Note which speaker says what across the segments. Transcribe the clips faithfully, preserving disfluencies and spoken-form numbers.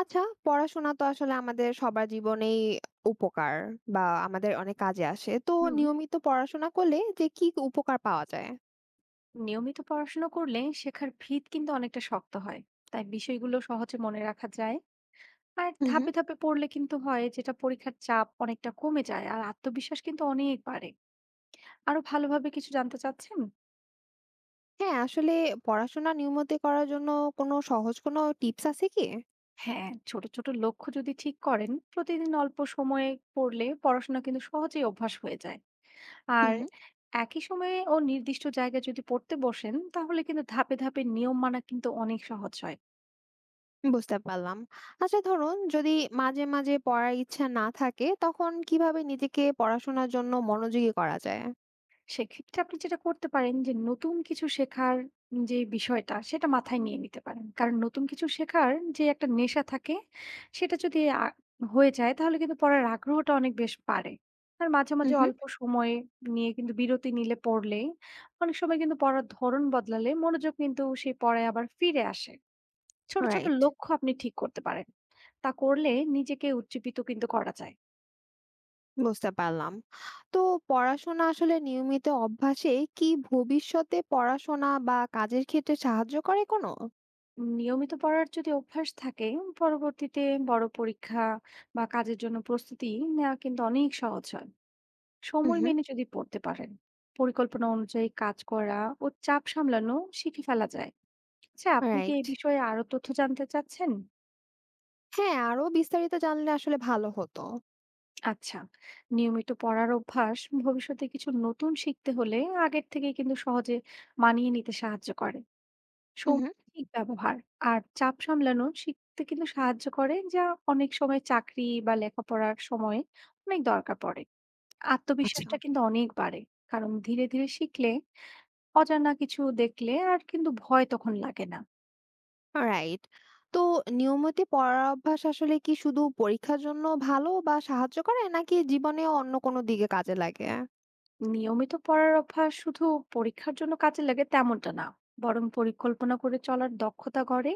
Speaker 1: আচ্ছা, পড়াশোনা তো আসলে আমাদের সবার জীবনেই উপকার বা আমাদের অনেক কাজে আসে। তো
Speaker 2: হুম।
Speaker 1: নিয়মিত পড়াশোনা করলে যে কি উপকার পাওয়া যায়?
Speaker 2: নিয়মিত পড়াশোনা করলে শেখার ভিত কিন্তু অনেকটা শক্ত হয়, তাই বিষয়গুলো সহজে মনে রাখা যায়। আর
Speaker 1: হু, হু।
Speaker 2: ধাপে ধাপে পড়লে কিন্তু হয় যেটা, পরীক্ষার চাপ অনেকটা কমে যায় আর আত্মবিশ্বাস কিন্তু অনেক বাড়ে। আরো ভালোভাবে কিছু জানতে চাচ্ছেন?
Speaker 1: হ্যাঁ, আসলে পড়াশোনা নিয়মিত করার জন্য কোনো সহজ কোনো টিপস আছে কি?
Speaker 2: হ্যাঁ, ছোট ছোট লক্ষ্য যদি ঠিক করেন, প্রতিদিন অল্প সময়ে পড়লে পড়াশোনা কিন্তু সহজেই অভ্যাস হয়ে যায়।
Speaker 1: হু,
Speaker 2: আর
Speaker 1: হু।
Speaker 2: একই সময়ে ও নির্দিষ্ট জায়গায় যদি পড়তে বসেন তাহলে কিন্তু ধাপে ধাপে নিয়ম মানা কিন্তু অনেক সহজ হয়।
Speaker 1: বুঝতে পারলাম। আচ্ছা ধরুন যদি মাঝে, মাঝে পড়ার ইচ্ছা না থাকে তখন কিভাবে নিজেকে পড়াশোনার জন্য মনোযোগী করা যায়?
Speaker 2: সেক্ষেত্রে আপনি যেটা করতে পারেন যে নতুন কিছু শেখার যে বিষয়টা, সেটা মাথায় নিয়ে নিতে পারেন। কারণ নতুন কিছু শেখার যে একটা নেশা থাকে, সেটা যদি আ হয়ে যায় তাহলে কিন্তু পড়ার আগ্রহটা অনেক বেশ বাড়ে। আর মাঝে,
Speaker 1: হু,
Speaker 2: মাঝে
Speaker 1: হু।
Speaker 2: অল্প সময় নিয়ে কিন্তু বিরতি নিলে পড়লে, অনেক সময় কিন্তু পড়ার ধরন বদলালে মনোযোগ কিন্তু সেই পড়ায় আবার ফিরে আসে। ছোট, ছোট
Speaker 1: রাইট।
Speaker 2: লক্ষ্য আপনি ঠিক করতে পারেন। তা করলে নিজেকে উজ্জীবিত কিন্তু করা যায়।
Speaker 1: বুঝতে পারলাম। তো পড়াশোনা আসলে নিয়মিত অভ্যাসে কি ভবিষ্যতে পড়াশোনা বা কাজের ক্ষেত্রে সাহায্য করে কোনো?
Speaker 2: নিয়মিত পড়ার যদি অভ্যাস থাকে, পরবর্তীতে বড় পরীক্ষা বা কাজের জন্য প্রস্তুতি নেওয়া কিন্তু অনেক সহজ হয়।
Speaker 1: হুম,
Speaker 2: সময়
Speaker 1: হুম।
Speaker 2: মেনে যদি পড়তে পারেন, পরিকল্পনা অনুযায়ী কাজ করা ও চাপ সামলানো শিখে ফেলা যায়। আচ্ছা, আপনি কি
Speaker 1: রাইট।
Speaker 2: এই বিষয়ে আরো তথ্য জানতে চাচ্ছেন?
Speaker 1: হ্যাঁ, আরো বিস্তারিত জানলে আসলে ভালো হতো।
Speaker 2: আচ্ছা, নিয়মিত পড়ার অভ্যাস ভবিষ্যতে কিছু নতুন শিখতে হলে আগের থেকে কিন্তু সহজে মানিয়ে নিতে সাহায্য করে।
Speaker 1: হুম,
Speaker 2: সময়
Speaker 1: হুম।
Speaker 2: ঠিক ব্যবহার আর চাপ সামলানো শিখতে কিন্তু সাহায্য করে, যা অনেক সময় চাকরি বা লেখাপড়ার সময়ে অনেক দরকার পড়ে।
Speaker 1: আচ্ছা,
Speaker 2: আত্মবিশ্বাসটা কিন্তু অনেক বাড়ে, কারণ ধীরে ধীরে শিখলে অজানা কিছু দেখলে আর কিন্তু ভয় তখন লাগে না।
Speaker 1: রাইট। তো নিয়মিত পড়ার অভ্যাস আসলে কি শুধু পরীক্ষার জন্য ভালো বা সাহায্য করে নাকি জীবনে অন্য কোনো দিকে কাজে লাগে?
Speaker 2: নিয়মিত পড়ার অভ্যাস শুধু পরীক্ষার জন্য কাজে লাগে তেমনটা না, বরং পরিকল্পনা করে চলার দক্ষতা গড়ে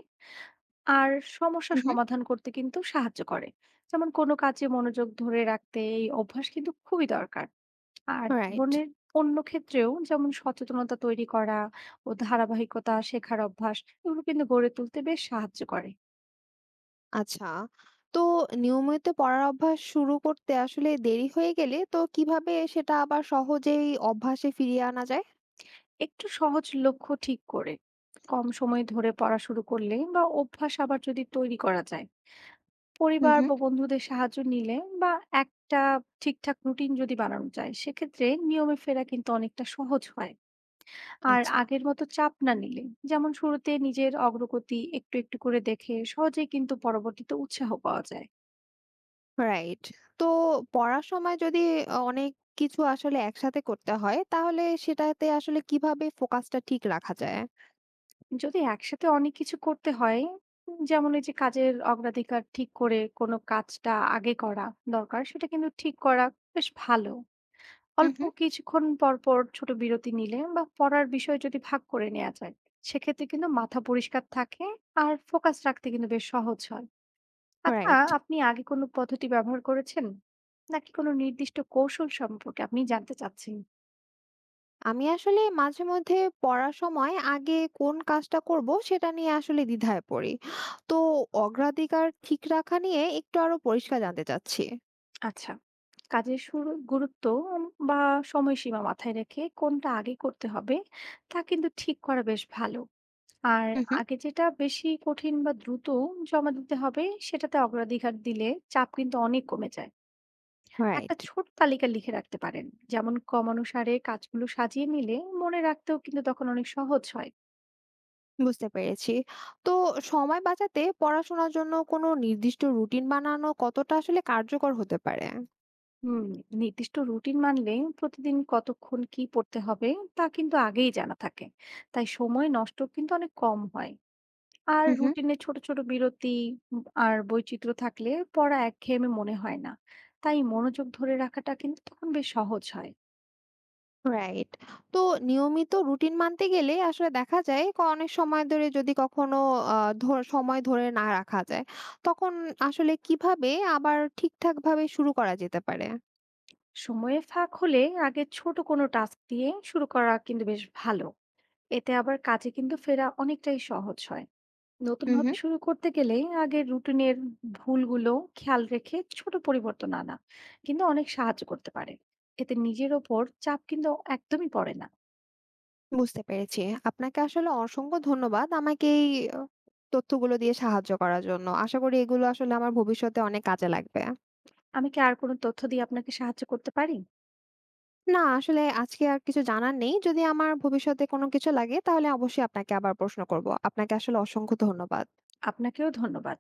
Speaker 2: আর সমস্যা
Speaker 1: হুম, হুম।
Speaker 2: সমাধান করতে কিন্তু সাহায্য করে। যেমন কোনো কাজে মনোযোগ ধরে রাখতে এই অভ্যাস কিন্তু খুবই দরকার। আর
Speaker 1: রাইট।
Speaker 2: জীবনের অন্য ক্ষেত্রেও যেমন সচেতনতা তৈরি করা ও ধারাবাহিকতা শেখার অভ্যাস, এগুলো কিন্তু গড়ে তুলতে বেশ সাহায্য করে।
Speaker 1: আচ্ছা। তো নিয়মিত পড়ার অভ্যাস শুরু করতে আসলে দেরি হয়ে গেলে তো কিভাবে সেটা আবার সহজেই অভ্যাসে ফিরিয়ে আনা যায়?
Speaker 2: একটু সহজ লক্ষ্য ঠিক করে কম সময় ধরে পড়া শুরু করলে বা অভ্যাস আবার যদি তৈরি করা যায়,
Speaker 1: হুম
Speaker 2: পরিবার
Speaker 1: হুম।
Speaker 2: বা বন্ধুদের সাহায্য নিলে বা একটা ঠিকঠাক রুটিন যদি বানানো যায়, সেক্ষেত্রে নিয়মে ফেরা কিন্তু অনেকটা সহজ হয়। আর
Speaker 1: আচ্ছা,
Speaker 2: আগের মতো চাপ না নিলে, যেমন শুরুতে নিজের অগ্রগতি একটু একটু করে দেখে সহজেই কিন্তু পরবর্তীতে উৎসাহ পাওয়া যায়।
Speaker 1: রাইট। তো পড়ার সময় যদি অনেক কিছু আসলে একসাথে করতে হয় তাহলে সেটাতে আসলে কিভাবে ফোকাসটা ঠিক রাখা যায়?
Speaker 2: যদি একসাথে অনেক কিছু করতে হয়, উম, যেমন এই যে কাজের অগ্রাধিকার ঠিক করে কোনো কাজটা আগে করা দরকার, সেটা কিন্তু ঠিক করা বেশ ভালো।
Speaker 1: হুম
Speaker 2: অল্প
Speaker 1: হুম।
Speaker 2: কিছুক্ষণ পর পর ছোট বিরতি নিলে বা পড়ার বিষয় যদি ভাগ করে নেওয়া যায়, সেক্ষেত্রে কিন্তু মাথা পরিষ্কার থাকে আর ফোকাস রাখতে কিন্তু বেশ সহজ হয়। আচ্ছা,
Speaker 1: রাইট।
Speaker 2: আপনি আগে কোনো পদ্ধতি ব্যবহার করেছেন, নাকি কোনো নির্দিষ্ট কৌশল সম্পর্কে আপনি জানতে চাচ্ছেন?
Speaker 1: আমি আসলে মাঝে মধ্যে পড়ার সময় আগে কোন কাজটা করব সেটা নিয়ে আসলে দ্বিধায় পড়ি। তো অগ্রাধিকার ঠিক রাখা নিয়ে একটু আরো পরিষ্কার জানতে চাচ্ছি।
Speaker 2: আচ্ছা, কাজের শুরু গুরুত্ব বা সময়সীমা মাথায় রেখে কোনটা আগে করতে হবে তা কিন্তু ঠিক করা বেশ ভালো। আর আগে যেটা বেশি কঠিন বা দ্রুত জমা দিতে হবে সেটাতে অগ্রাধিকার দিলে চাপ কিন্তু অনেক কমে যায়। একটা
Speaker 1: রাইট।
Speaker 2: ছোট তালিকা লিখে রাখতে পারেন, যেমন ক্রমানুসারে কাজগুলো সাজিয়ে নিলে মনে রাখতেও কিন্তু তখন অনেক সহজ হয়।
Speaker 1: বুঝতে পেরেছি। তো সময় বাঁচাতে পড়াশোনার জন্য কোনো নির্দিষ্ট রুটিন বানানো কতটা আসলে কার্যকর হতে পারে?
Speaker 2: হুম, নির্দিষ্ট রুটিন মানলে প্রতিদিন কতক্ষণ কি পড়তে হবে তা কিন্তু আগেই জানা থাকে, তাই সময় নষ্ট কিন্তু অনেক কম হয়। আর
Speaker 1: হুম হুম।
Speaker 2: রুটিনে ছোট, ছোট বিরতি উম আর বৈচিত্র্য থাকলে পড়া একঘেয়েমি মনে হয় না। তাই মনোযোগ ধরে রাখাটা কিন্তু তখন বেশ সহজ হয়।
Speaker 1: রাইট। তো নিয়মিত রুটিন মানতে গেলে আসলে দেখা যায় ক অনেক সময় ধরে যদি কখনো আ ধর সময় ধরে না রাখা যায়, তখন আসলে কিভাবে আবার ঠিকঠাকভাবে শুরু করা যেতে পারে?
Speaker 2: সময়ে ফাঁক হলে আগে ছোট কোনো টাস্ক দিয়ে শুরু করা কিন্তু বেশ ভালো। এতে আবার কাজে কিন্তু ফেরা অনেকটাই সহজ হয়।
Speaker 1: হুম
Speaker 2: নতুনভাবে
Speaker 1: হুম।
Speaker 2: শুরু করতে গেলে আগে রুটিনের ভুলগুলো খেয়াল রেখে ছোট পরিবর্তন আনা কিন্তু অনেক সাহায্য করতে পারে। এতে নিজের ওপর চাপ কিন্তু একদমই পড়ে না।
Speaker 1: বুঝতে পেরেছি। আপনাকে আসলে অসংখ্য ধন্যবাদ আমাকে এই আহ, তথ্যগুলো দিয়ে সাহায্য করার জন্য। আশা করি এগুলো আসলে আমার ভবিষ্যতে অনেক কাজে লাগবে।
Speaker 2: আমি কি আর কোনো তথ্য দিয়ে আপনাকে সাহায্য করতে পারি?
Speaker 1: না আসলে আজকে আর কিছু জানার নেই। যদি আমার ভবিষ্যতে কোনো কিছু লাগে তাহলে অবশ্যই আপনাকে আবার প্রশ্ন করব। আপনাকে আসলে অসংখ্য ধন্যবাদ।
Speaker 2: আপনাকেও ধন্যবাদ।